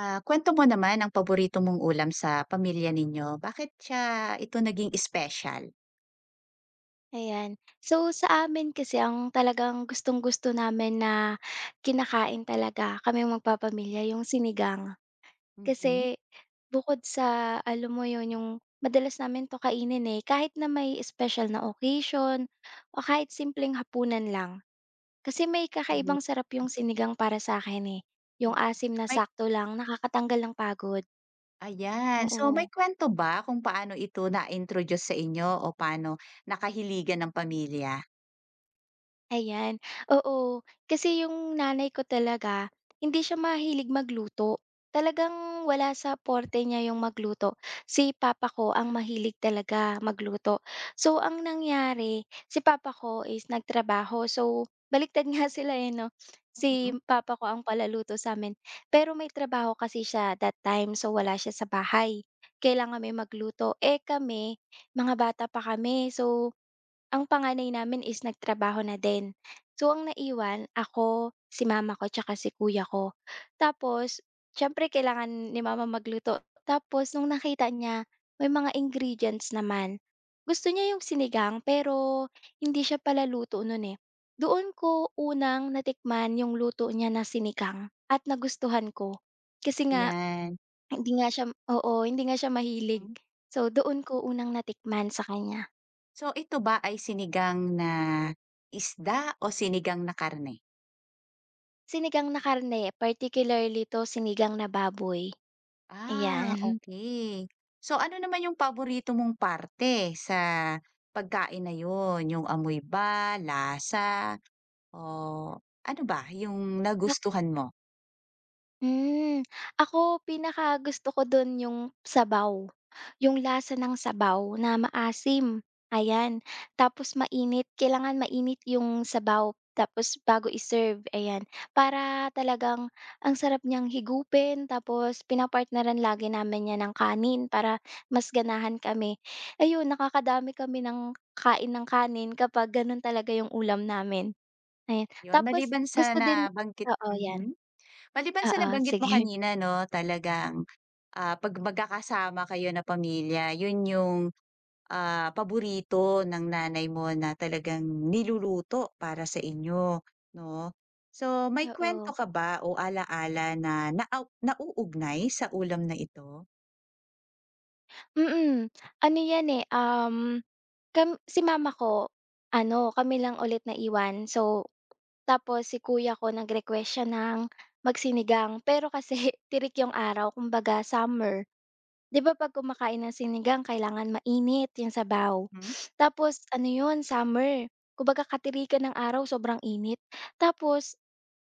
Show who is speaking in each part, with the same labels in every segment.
Speaker 1: Ah, kuwento mo naman ang paborito mong ulam sa pamilya ninyo. Bakit siya ito naging special?
Speaker 2: Ayan. So, sa amin kasi ang talagang gustong-gusto namin na kinakain talaga kaming magpapamilya yung sinigang.
Speaker 1: Mhm.
Speaker 2: Kasi bukod sa alam mo yun, yung madalas namin 'to kainin, eh, kahit na may special na occasion o kahit simpleng hapunan lang. Kasi may
Speaker 1: Ayun.
Speaker 2: kakaibang sarap yung sinigang para sa akin eh, yung asim na
Speaker 1: May
Speaker 2: sakto lang, nakakatanggal ng pagod,
Speaker 1: ayan. So may
Speaker 2: oo.
Speaker 1: kuwento ba kung paano ito na-introduce sa inyo o paano nakahiligan ng pamilya?
Speaker 2: Ayan, oo. Kasi yung nanay ko talaga, hindi siya mahilig magluto. Talagang wala sa porte niya yung magluto. Si Papa ko ang mahilig talaga magluto. So, ang nangyari, si Papa ko is nagtrabaho. So, baliktad nga sila eh, no? Si
Speaker 1: Mhm,
Speaker 2: Papa ko ang palaluto sa amin. Pero may trabaho kasi siya that time, so wala siya sa bahay. Kailangan may magluto. Eh kami, mga bata pa kami. So, ang panganay namin is nagtrabaho na din. So, ang naiwan, ako, si Mama ko, tsaka si kuya ko. Tapos, syempre, kailangan ni Mama magluto. Tapos, nung nakita niya, may mga ingredients naman. Gusto niya yung sinigang, pero hindi siya pala luto nun eh. Doon ko unang natikman yung luto niya na sinigang at nagustuhan ko. Kasi nga,
Speaker 1: ayan.
Speaker 2: hindi nga siya, oo, hindi nga siya mahilig.
Speaker 1: Hmm.
Speaker 2: So, doon ko unang natikman sa kanya,
Speaker 1: So ito ba ay sinigang na isda o sinigang na karne?
Speaker 2: sinigang na karne, particularly 'to sinigang na baboy,
Speaker 1: Ah,
Speaker 2: ayan.
Speaker 1: okay. So ano naman yung paborito mong parte sa pagkain na yun? Yung amoy ba, lasa? Oh, ano ba yung nagustuhan mo?
Speaker 2: Hmm, ako pinaka gusto ko dun yung sabaw, yung lasa ng sabaw na maasim, ayan. Tapos mainit, kailangan mainit yung sabaw tapos bago i-serve, ayan. Para talagang ang sarap niyang higupin tapos pinapartneran lagi namin niya ng kanin para mas ganahan kami. Ayun, nakakadami kami ng kain ng kanin kapag ganun talaga yung ulam namin, ayan.
Speaker 1: Yun
Speaker 2: Tapos
Speaker 1: maliban sa
Speaker 2: gusto din
Speaker 1: nabanggit,
Speaker 2: oo, yan.
Speaker 1: mhm, maliban sa
Speaker 2: Oo,
Speaker 1: nabanggit mo
Speaker 2: sige.
Speaker 1: kanina 'no talagang, ah, 'pag magkakasama kayo na pamilya yun yung, ah, paborito ng nanay mo na talagang niluluto para sa inyo 'no. So, may kwento
Speaker 2: Oo,
Speaker 1: ka ba o ala-ala na nauugnay sa ulam na ito?
Speaker 2: mm. Ano 'yan, eh, kam si Mama ko ano, kami lang ulit naiwan. So, tapos si kuya ko nag-request siya ng magsinigang, pero kasi tirik yung araw kumbaga summer. 'Di ba 'pag kumakain ng sinigang kailangan mainit yung sabaw.
Speaker 1: Hmm.
Speaker 2: Tapos ano 'yun, summer, kumbaga katirikan ng araw sobrang init. Tapos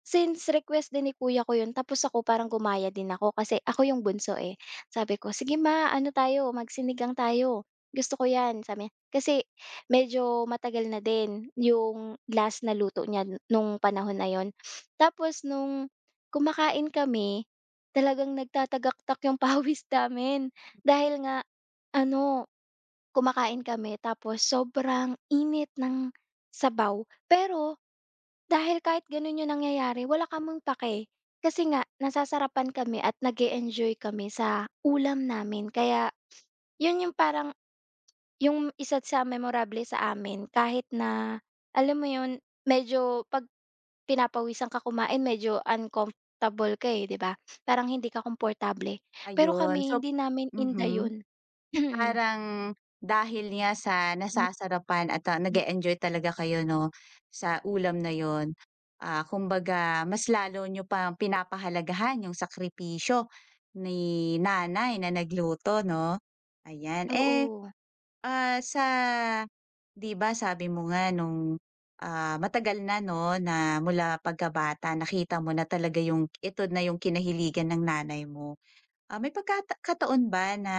Speaker 2: since request din ni kuya ko yun tapos ako parang gumaya din ako kasi ako yung bunso, eh. Sabi ko, "Sige ma, ano tayo, magsinigang tayo, gusto ko 'yan." Sabi niya. Kasi medyo matagal na din yung last na luto niya n- nung panahon na yon. Tapos nung kumakain kami, talagang nagtatagaktak yung pawis namin dahil nga ano, kumakain kami tapos sobrang init ng sabaw. Pero dahil kahit ganun yung nangyayari wala kaming pake. Kasi nga nasasarapan kami at nag enjoy kami sa ulam namin kaya, yun yung parang yung isa sa memorable sa amin kahit na alam mo yun, medyo 'pag pinapawisan ka kumain medyo uncomfortable ka, eh, 'di ba? Parang hindi ka komportable. Pero
Speaker 1: Ayun,
Speaker 2: kami
Speaker 1: so
Speaker 2: hindi namin inda
Speaker 1: mhm.
Speaker 2: yun.
Speaker 1: Parang dahil nga sa nasasarapan at, ah, nag-e-enjoy talaga kayo 'no, sa ulam na yon, ah, kumbaga mas lalo nyo pang pinapahalagahan yung sakripisyo ni nanay na nagluto 'no, ayan. Eh,
Speaker 2: Oo.
Speaker 1: ah, sa 'di ba sabi mo nga nung, ah, matagal na 'no, na mula pagkabata nakita mo na talaga yung ito na yung kinahiligan ng nanay mo. Ah, may pagkata ba na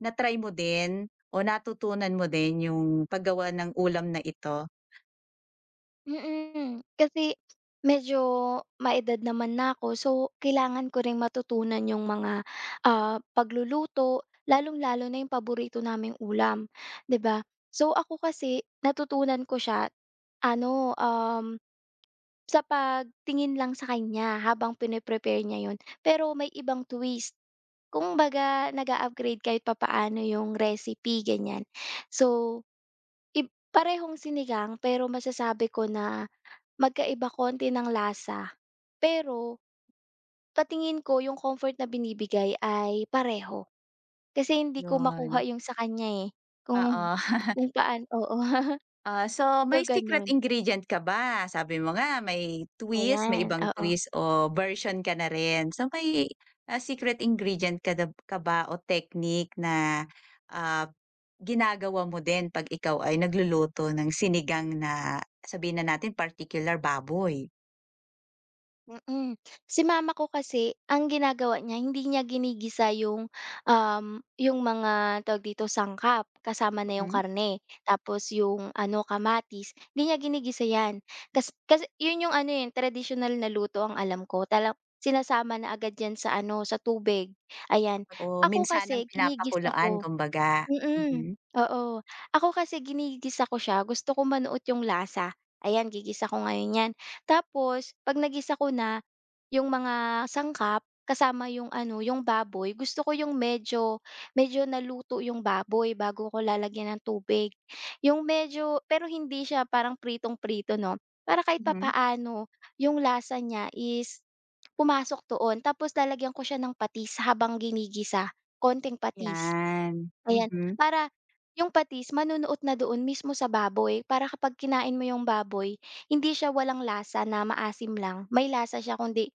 Speaker 1: na-try mo din o natutunan mo din yung paggawa ng ulam na ito?
Speaker 2: Mm, kasi medyo maedad naman na ako so kailangan ko ring matutunan yung mga, ah, pagluluto lalong-lalo na yung paborito naming ulam, 'di ba? So ako kasi natutunan ko siya ano, sa pagtingin lang sa kanya habang pine-prepare niya yun, pero may ibang twist. Kumbaga nag-a-upgrade kahit papaano yung recipe, ganyan. So, ib parehong sinigang pero masasabi ko na magkaiba konti ng lasa, pero patingin ko yung comfort na binibigay ay pareho. Kasi hindi ko makuha
Speaker 1: Yun,
Speaker 2: yung sa kanya, eh, kung
Speaker 1: oo.
Speaker 2: kung paan oo.
Speaker 1: Ah, so may
Speaker 2: So,
Speaker 1: secret
Speaker 2: ganun,
Speaker 1: ingredient ka ba? Sabi mo nga may twist, may
Speaker 2: ayan,
Speaker 1: ibang
Speaker 2: oo.
Speaker 1: twist o version ka na rin. So may, ah, secret ingredient ka ba o technique na, ah, ginagawa mo din 'pag ikaw ay nagluluto ng sinigang na sabihin na natin particular baboy?
Speaker 2: Mm. Si Mama ko kasi ang ginagawa niya hindi niya ginigisa yung, yung mga tawag dito, sangkap kasama na yung
Speaker 1: Mhm.
Speaker 2: karne, tapos yung ano, kamatis, hindi niya ginigisa 'yan. Kasi kasi 'yun yung ano, yun traditional na luto ang alam ko tala sinasama na agad 'yan sa ano, sa tubig, ayan.
Speaker 1: Oo,
Speaker 2: Ako
Speaker 1: minsanang
Speaker 2: kasi ginigisa
Speaker 1: pinapakuluan
Speaker 2: ko.
Speaker 1: kumbaga. Mhm,
Speaker 2: Mm, oo. Ako kasi ginigisa ko siya, gusto ko manuot yung lasa. Ayan, gigisa ko ngayon 'yan. Tapos 'pag nagisa ko na, yung mga sangkap kasama yung ano, yung baboy, gusto ko yung medyo medyo naluto yung baboy bago ko lalagyan ng tubig. Yung medyo pero hindi siya parang pritong-prito 'no, para kahit
Speaker 1: mhm,
Speaker 2: papaano yung lasa niya is pumasok doon. Tapos lalagyan ko siya ng patis habang ginigisa, konting patis.
Speaker 1: 'yan,
Speaker 2: Ayan,
Speaker 1: mhm.
Speaker 2: para yung patis manunuot na doon mismo sa baboy para kapag kinain mo yung baboy, hindi siya walang lasa na maasim lang, may lasa siya kundi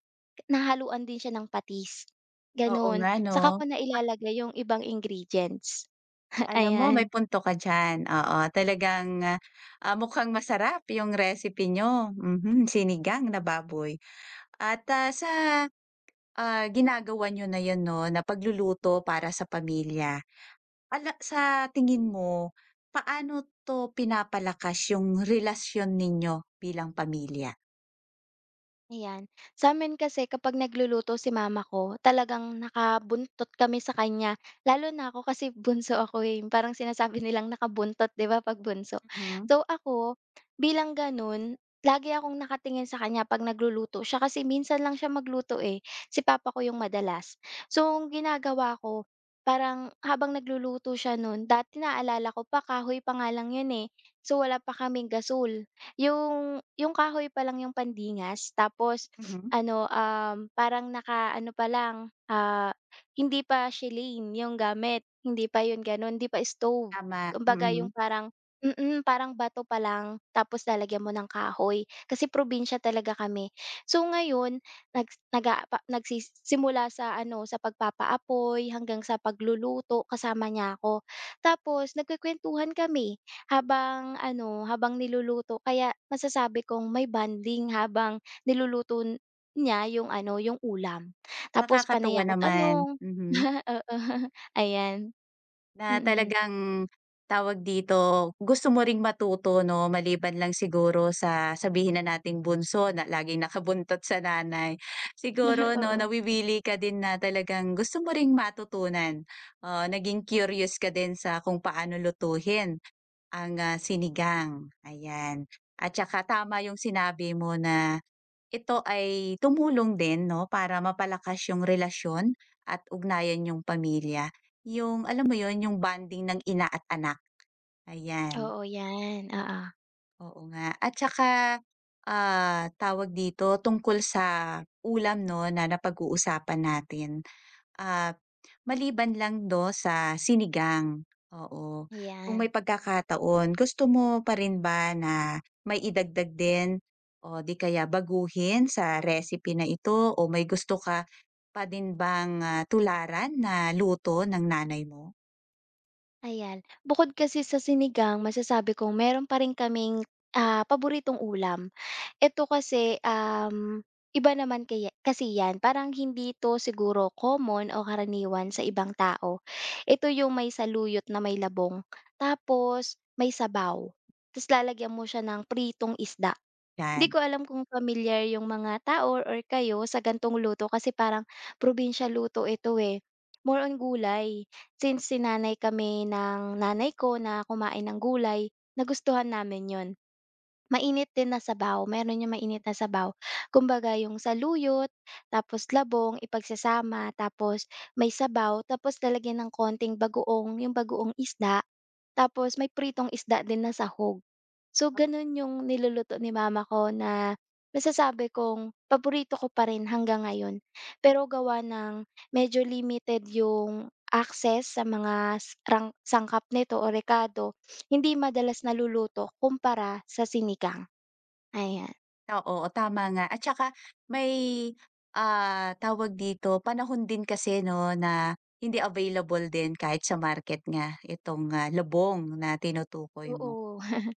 Speaker 2: nahaluan din siya ng patis,
Speaker 1: Oo
Speaker 2: gano'n.
Speaker 1: nga 'no,
Speaker 2: Saka ko na ilalagay yung ibang ingredients,
Speaker 1: alam mo may
Speaker 2: ayan.
Speaker 1: punto ka diyan, oo. Talagang, ah, mukhang masarap yung recipe niyo, mhm, sinigang na baboy. At, ah, sa, ah, ginagawa niyo na yun 'no, na pagluluto para sa pamilya, ala sa tingin mo, paano 'to pinapalakas yung relasyon ninyo bilang pamilya?
Speaker 2: Ayan. Sa'min kasi kapag nagluluto si Mama ko, talagang nakabuntot kami sa kanya. Lalo na ako kasi bunso ako, eh, parang sinasabi nilang nakabuntot 'di ba 'pag bunso.
Speaker 1: Mhm,
Speaker 2: So ako, bilang gano'n, lagi akong nakatingin sa kanya 'pag nagluluto siya kasi minsan lang siya magluto, eh, si Papa ko yung madalas. So ang ginagawa ko, parang habang nagluluto siya nun dati naalala ko pa kahoy pa nga lang yun, eh. So wala pa kaming gasol. Yung kahoy pa lang yung pandingas tapos
Speaker 1: mhm,
Speaker 2: ano, parang nakaano pa lang, ah, hindi pa shilane yung gamit, hindi pa yun gano'n, hindi pa stove.
Speaker 1: tama,
Speaker 2: Kumbaga yung
Speaker 1: mm.
Speaker 2: parang mm, parang bato pa lang tapos lalagyan mo ng kahoy, kasi probinsya talaga kami. So ngayon nag naga pa nagsis simula sa ano, sa pagpapaapoy hanggang sa pagluluto kasama niya ako. Tapos nagkukuwentuhan kami. Habang ano, habang niluluto kaya masasabi kong may bonding habang niluluto n- niya yung ano, yung ulam. Tapos panay
Speaker 1: Nakakatuwa
Speaker 2: ako
Speaker 1: naman,
Speaker 2: tanong,
Speaker 1: mhm,
Speaker 2: oo, ayan,
Speaker 1: na
Speaker 2: mm.
Speaker 1: talagang tawag dito, gusto mo ring matuto 'no, maliban lang siguro sa sabihin na nating bunso na laging nakabuntot sa nanay. Siguro 'no,
Speaker 2: Oo,
Speaker 1: nawiwili ka din na talagang gusto mo ring matutunan, oo, naging curious ka din sa kung paano lutuhin ang, ah, sinigang, ayan. At saka tama yung sinabi mo na ito ay tumulong din 'no, para mapalakas yung relasyon at ugnayan yung pamilya. Yung alam mo yon yung bonding ng ina at anak, ayan.
Speaker 2: oo,
Speaker 1: Oo nga. At saka, ah, tawag dito, tungkol sa ulam 'no, na napag-uusapan natin. Ah, maliban lang do sa sinigang, oo. Kung may
Speaker 2: 'yan,
Speaker 1: pagkakataon, gusto mo pa rin ba na may idagdag din o 'di kaya baguhin sa recipe na ito o may gusto ka pa din bang, ah, tularan na luto ng nanay mo?
Speaker 2: ayan. Bukod kasi sa sinigang masasabi kong meron pa rin kaming, ah, paboritong ulam. Ito kasi, iba naman kaya kasi 'yan, parang hindi 'to siguro common o karaniwan sa ibang tao. Ito yung may saluyot na may labong, tapos may sabaw, ta's lalagyan mo siya ng pritong isda. Hindi
Speaker 1: 'Yan,
Speaker 2: ko alam kung familiar yung mga tao or kayo sa gantong luto kasi parang probinsya luto ito, eh. More on gulay. Since sinanay kami ng nanay ko na kumain ng gulay, nagustuhan namin yon. Mainit din na sabaw, meron yung mainit na sabaw. Kumbaga yung saluyot, tapos labong ipagsasama, tapos may sabaw, tapos lalagyan ng konting bagoong yung bagoong isda, tapos may pritong isda din na sahog. So, gano'n yung niluluto ni Mama ko na masasabi kong paborito ko pa rin hanggang ngayon. Pero gawa ng medyo limited yung access sa mga s rang sangkap nito o rekado, hindi madalas naluluto kumpara sa sinigang, ayan.
Speaker 1: oo, tama nga at saka may, ah, tawag dito, panahon din kasi 'no na hindi available din kahit sa market nga itong, ah, lubong na tinutukoy mo.
Speaker 2: Oo.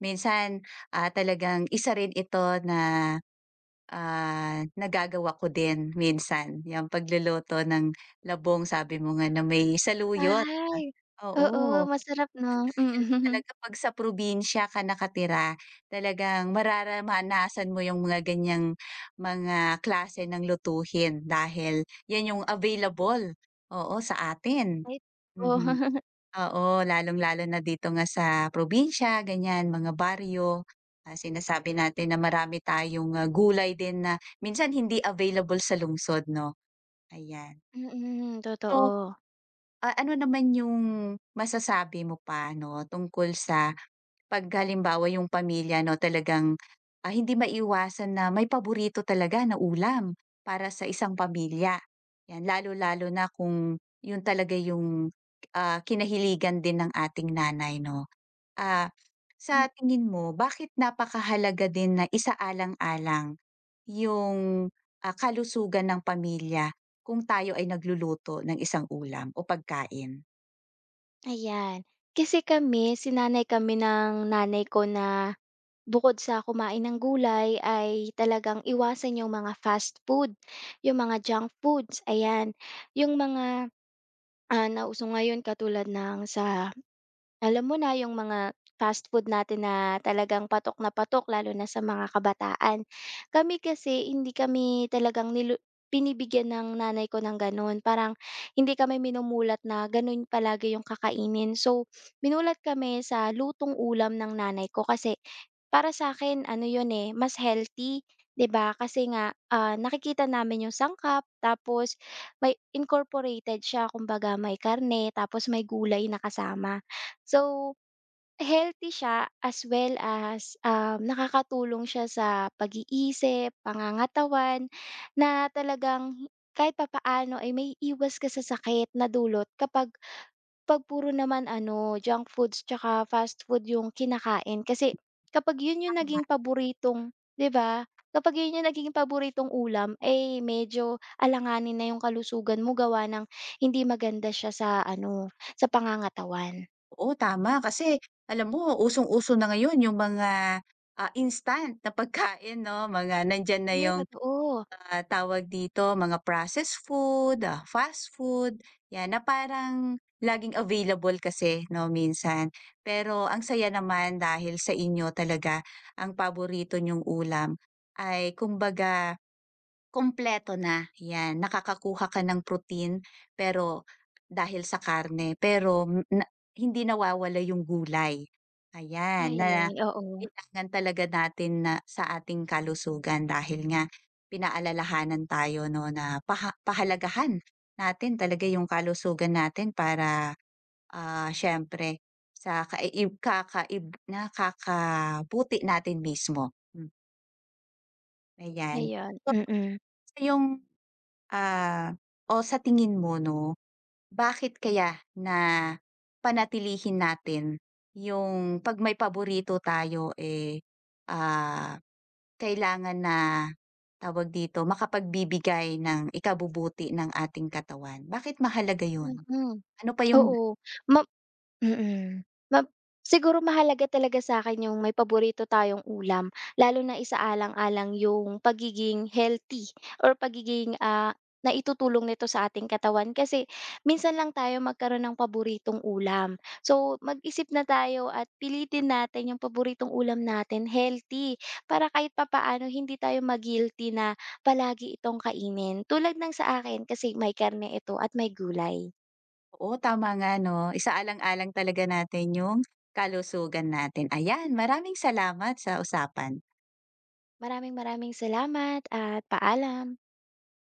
Speaker 1: Minsan, ah, talagang isa rin ito na, ah, nagagawa ko din minsan, yung pagluluto ng labong sabi mo nga na may saluyot.
Speaker 2: Ay,
Speaker 1: Ah, oo,
Speaker 2: oo masarap 'no? Mm.
Speaker 1: kaya talaga 'pag sa probinsya ka nakatira, talagang mararanasan mo 'yung mga ganiyang mga klase ng lutuhin dahil 'yan 'yung available, oo, sa atin.
Speaker 2: Ay oo.
Speaker 1: Mhm. Oo, lalong-lalo na dito nga sa probinsya ganyan, mga baryo, ah, sinasabi natin na marami tayong, ah, gulay din na minsan hindi available sa lungsod 'no, ayan.
Speaker 2: Mm,
Speaker 1: So,
Speaker 2: totoo.
Speaker 1: ah, ano naman yung masasabi mo pa 'no, tungkol sa 'pag halimbawa yung pamilya 'no talagang, ah, hindi maiwasan na may paborito talaga na ulam para sa isang pamilya, 'yan lalo-lalo na kung yun talaga yung, ah, kinahiligan din ng ating nanay 'no? Ah,
Speaker 2: Hmm,
Speaker 1: sa tingin mo bakit napakahalaga din na isaalang-alang yung, ah, kalusugan ng pamilya kung tayo ay nagluluto ng isang ulam o pagkain?
Speaker 2: ayan. Kasi kami sinanay kami ng nanay ko na bukod sa kumain ng gulay ay talagang iwasan yung mga fast food, yung mga junk foods, ayan. Yung mga ah, nauso ngayon katulad ng sa alam mo na yung mga fast food natin na talagang patok na patok lalo na sa mga kabataan. Kami kasi hindi kami talagang nilu pinibigyan ng nanay ko ng gano'n, parang hindi kami minumulat na gano'n palagi yung kakainin. So, minulat kami sa lutong ulam ng nanay ko kasi para sa akin ano 'yun, eh, mas healthy, 'di ba? Kasi nga, ah, nakikita namin yung sangkap tapos may incorporated siya kumbaga may karne tapos may gulay na kasama. So, healthy siya as well as, nakakatulong siya sa pag-iisip, pangangatawan na talagang kahit papaano ay maiiwas ka sa sakit na dulot kapag 'pag puro naman ano, junk foods tsaka fast food yung kinakain kasi kapag yun yung naging paboritong 'di ba? Kapag yun yung nagiging paboritong ulam, eh, medyo alanganin na yung kalusugan mo gawa ng hindi maganda siya sa ano, sa pangangatawan.
Speaker 1: Oo, tama kasi alam mo usong-uso na ngayon yung mga, ah, instant na pagkain 'no, mga nandiyan na
Speaker 2: Ay,
Speaker 1: yung,
Speaker 2: totoo.
Speaker 1: ah, tawag dito, mga processed food, ah, fast food, 'yan na parang laging available kasi 'no, minsan. Pero ang saya naman dahil sa inyo talaga ang paborito niyong ulam ay kumbaga kompleto na, 'yan. Nakakakuha ka ng protein, pero dahil sa karne, pero na hindi nawawala yung gulay. Ayan, na
Speaker 2: Ayun, oo.
Speaker 1: Kailangan talaga natin na sa ating kalusugan dahil nga pinaalalahanan tayo 'no na pahalagahan natin talaga yung kalusugan natin para, ah, siyempre sa kakaib nakakabuti natin mismo, hmm, ayan.
Speaker 2: Ayun,
Speaker 1: So,
Speaker 2: mm.
Speaker 1: sa yung Ah, o sa tingin mo 'no, bakit kaya na panatilihin natin yung 'pag may paborito tayo, eh, ah, kailangan na, tawag dito, makapagbibigay ng ikabubuti ng ating katawan, bakit mahalaga yun?
Speaker 2: Mm,
Speaker 1: Ano pa yung
Speaker 2: oo. Ma mm. Mab siguro mahalaga talaga sa akin yung may paborito tayong ulam, lalo na isaalang-alang yung pagiging healthy or pagiging, ah, naitutulong nito sa ating katawan. Kasi minsan lang tayo magkaroon ng paboritong ulam. So, mag-isip na tayo at pilitin natin yung paboritong ulam natin healthy, para kahit papaano hindi tayo ma-guilty na palagi itong kainin. Tulad ng sa akin kasi may karne ito at may gulay.
Speaker 1: Oo, tama nga 'no. Isaalang-alang talaga natin yung kalusugan natin. Ayan, maraming salamat sa usapan.
Speaker 2: Maraming maraming salamat at paalam.